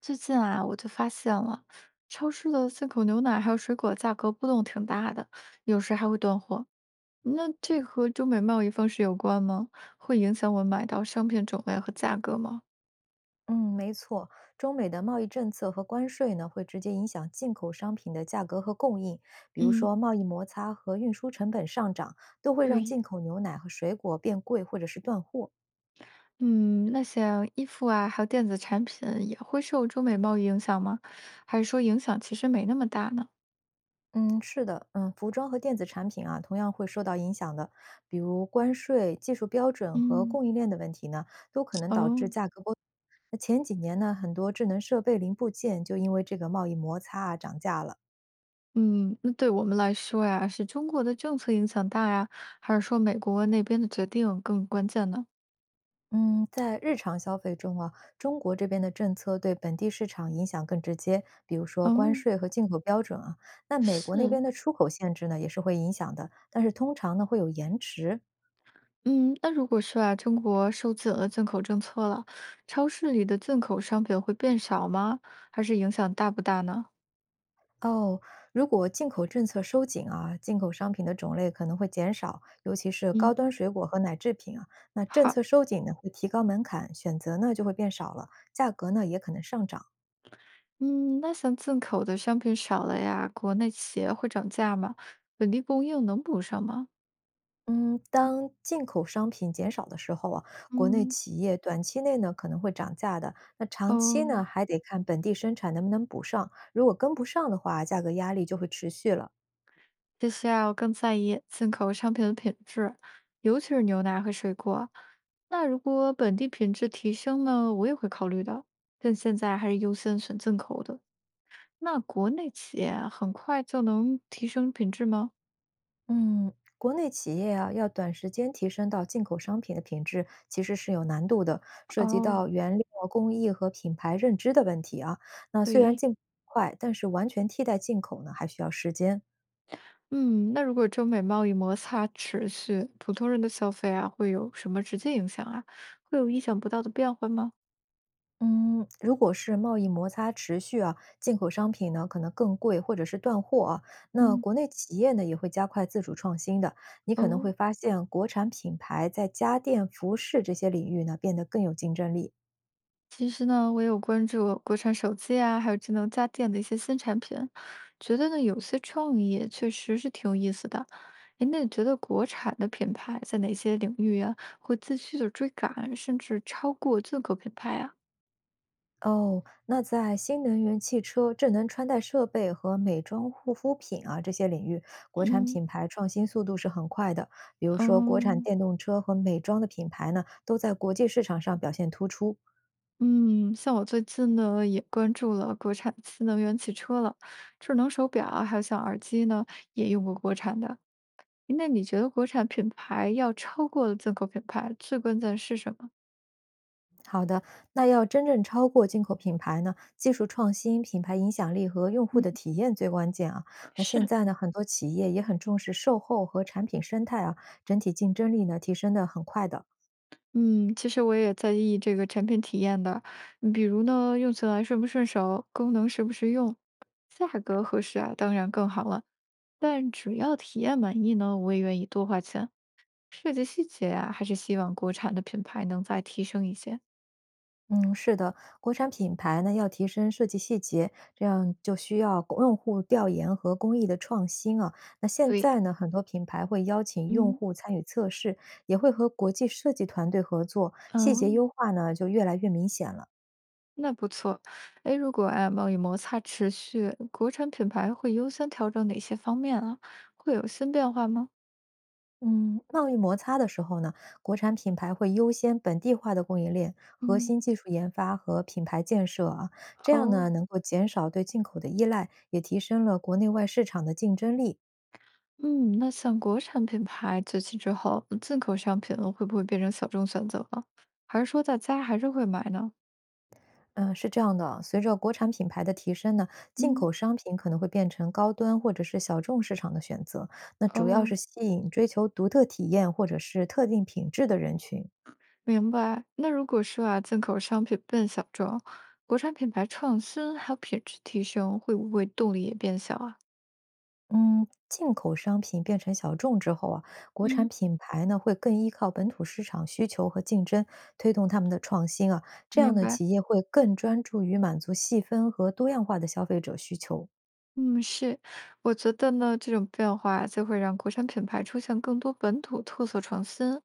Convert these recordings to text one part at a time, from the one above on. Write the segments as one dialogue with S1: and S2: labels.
S1: 最近啊，我就发现了，超市的进口牛奶还有水果价格波动挺大的，有时还会断货。那这和中美贸易方式有关吗？会影响我买到商品种类和价格吗？
S2: 嗯，没错，中美的贸易政策和关税呢，会直接影响进口商品的价格和供应。比如
S1: 嗯
S2: 说，贸易摩擦和运输成本上涨，都会让
S1: 对，
S2: 进口牛奶和水果变贵或者是断货。
S1: 嗯，那像衣服啊，还有电子产品也会受中美贸易影响吗？还是说影响其实没那么大呢？
S2: 嗯，是的，服装和电子产品啊，同样会受到影响的。比如关税、技术标准和
S1: 嗯，
S2: 供应链的问题呢，都可能导致
S1: 哦，
S2: 价格波动。那前几年呢，很多智能设备零部件就因为这个贸易摩擦啊涨价了。
S1: 嗯，那对我们来说呀，是中国的政策影响大呀，还是说美国那边的决定更关键呢？
S2: 嗯，在日常消费中啊，中国这边的政策对本地市场影响更直接，比如说关
S1: 哦。
S2: 税和进口标准啊。那美国那
S1: 是，
S2: 边的出口限制呢，也是会影响的，但是通常呢会有延迟。
S1: 嗯，那如果说啊，中国收紧了进口政策了，超市里的进口商品会变少吗？还是影响大不大呢？
S2: 哦，如果进口政策收紧啊，进口商品的种类可能会减少，尤其是高
S1: 嗯，
S2: 端水果和奶制品啊。那政
S1: 好，
S2: 策收紧呢，会提高门槛，选择呢就会变少了，价格呢也可能上涨。
S1: 嗯，那像进口的商品少了呀，国内企业会涨价吗？本地供应能补上吗？
S2: 嗯，当进口商品减少的时候啊，国内
S1: 嗯，
S2: 企业短期内呢可能会涨价的，那长期
S1: 哦，
S2: 呢还得看本地生产能不能补上，如果跟不上的话，价格压力就会持续了。
S1: 其实啊，我更在意进口商品的品质，尤其是牛奶和水果。那如果本地品质提升呢，我也会考虑的，但现在还是优先选进口的。那国内企业啊很快就能提升品质吗？
S2: 嗯，国内企业啊要短时间提升到进口商品的品质，其实是有难度的，涉及
S1: 哦，
S2: 到原料、工艺和品牌认知的问题啊。那虽然
S1: 对，
S2: 进步快，但是完全替代进口呢还需要时间。
S1: 嗯，那如果中美贸易摩擦持续，普通人的消费啊，会有什么直接影响啊？会有意想不到的变化吗？
S2: 嗯，如果是贸易摩擦持续啊，进口商品呢可能更贵，或者是断货啊，那
S1: 嗯，
S2: 国内企业呢也会加快自主创新的。你可能
S1: 哦，
S2: 会发现，国产品牌在家电、服饰这些领域呢变得更有竞争力。
S1: 其实呢，我有关注国产手机啊，还有智能家电的一些新产品，觉得呢有些创意确实是挺有意思的。哎，那你觉得国产的品牌在哪些领域啊，会继续的追赶，甚至超过进口品牌啊？
S2: 哦，那在新能源汽车、智能穿戴设备和美妆护肤品啊这些领域，国产
S1: 嗯。
S2: 品牌创新速度是很快的。比如说，国产
S1: 嗯
S2: 电动车和美妆的品牌呢，都在国际市场上表现突出。
S1: 嗯，像我最近呢也关注了国产新能源汽车了，智能手表啊还有像耳机呢也用过国产的。那你觉得国产品牌要超过进口品牌，最关键是什么？
S2: 好的，那要真正超过进口品牌呢，技术创新、品牌影响力和用户
S1: 嗯
S2: 的体验最关键啊。那现
S1: 是，
S2: 在呢，很多企业也很重视售后和产品生态啊，整体竞争力呢提升的很快的。
S1: 嗯，其实我也在意这个产品体验的，比如呢，用起来顺不顺手，功能实不实用，价格合适啊，当然更好了。但只要体验满意呢，我也愿意多花钱。设计细节啊，还是希望国产的品牌能再提升一些。
S2: 嗯，是的，国产品牌呢要提升设计细节，这样就需要用户调研和工艺的创新啊。那现
S1: 对，
S2: 在呢，很多品牌会邀请用
S1: 嗯，
S2: 户参与测试，也会和国际设计团队合作，细节
S1: 哦，
S2: 优化呢就越来越明显了。
S1: 那不错。哎，如果啊贸易摩擦持续，国产品牌会优先调整哪些方面啊？会有新变化吗？
S2: 嗯，贸易摩擦的时候呢，国产品牌会优先本地化的供应链核
S1: 嗯，
S2: 心技术研发和品牌建设啊，这样呢
S1: 哦，
S2: 能够减少对进口的依赖，也提升了国内外市场的竞争力。
S1: 嗯，那像国产品牌崛起之后，进口商品会不会变成小众选择了？还是说大家还是会买呢？
S2: 嗯，是这样的，随着国产品牌的提升呢，进
S1: 嗯，
S2: 口商品可能会变成高端或者是小众市场的选择，那主要是
S1: 哦。
S2: 吸引追求独特体验或者是特定品质的人群。
S1: 明白。那如果说啊，进口商品变小众，国产品牌创新还有品质提升，会不会动力也变小啊？
S2: 嗯，进口商品变成小众之后啊，国产
S1: 嗯，
S2: 品牌呢会更依靠本土市场需求和竞争，推动他们的创新啊。这样
S1: 明
S2: 呢，
S1: 白。
S2: 企业会更专注于满足细分和多样化的消费者需求。
S1: 嗯，是，我觉得呢，这种变化就会让国产品牌出现更多本土特色创新，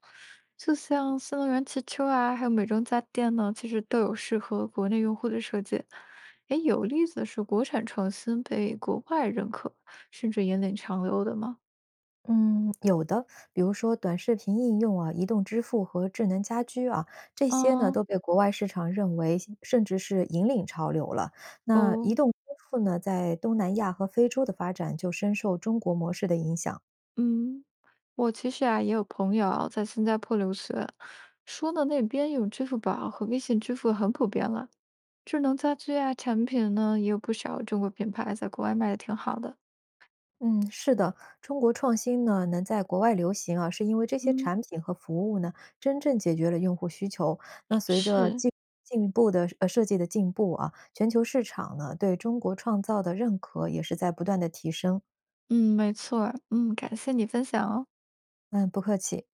S1: 就像新能源汽车啊，还有美妆家电呢，其实都有适合国内用户的设计。诶，有例子是国产创新被国外认可，甚至引领潮流的吗？
S2: 嗯，有的，比如说短视频应用啊、移动支付和智能家居啊，这些呢
S1: 嗯，
S2: 都被国外市场认为甚至是引领潮流了。那移
S1: 哦。
S2: 动支付呢，在东南亚和非洲的发展就深受中国模式的影响。
S1: 嗯，我其实啊也有朋友啊在新加坡留学，说的那边用支付宝和微信支付很普遍了。智能家居啊，产品呢也有不少中国品牌在国外卖的挺好的。
S2: 嗯，是的，中国创新呢能在国外流行啊，是因为这些
S1: 嗯，
S2: 产品和服务呢真正解决了用户需求。那随着
S1: 是，
S2: 进步的设计的进步啊，全球市场呢对中国创造的认可也是在不断的提升。
S1: 嗯，没错儿感谢你分享哦。
S2: 嗯，不客气。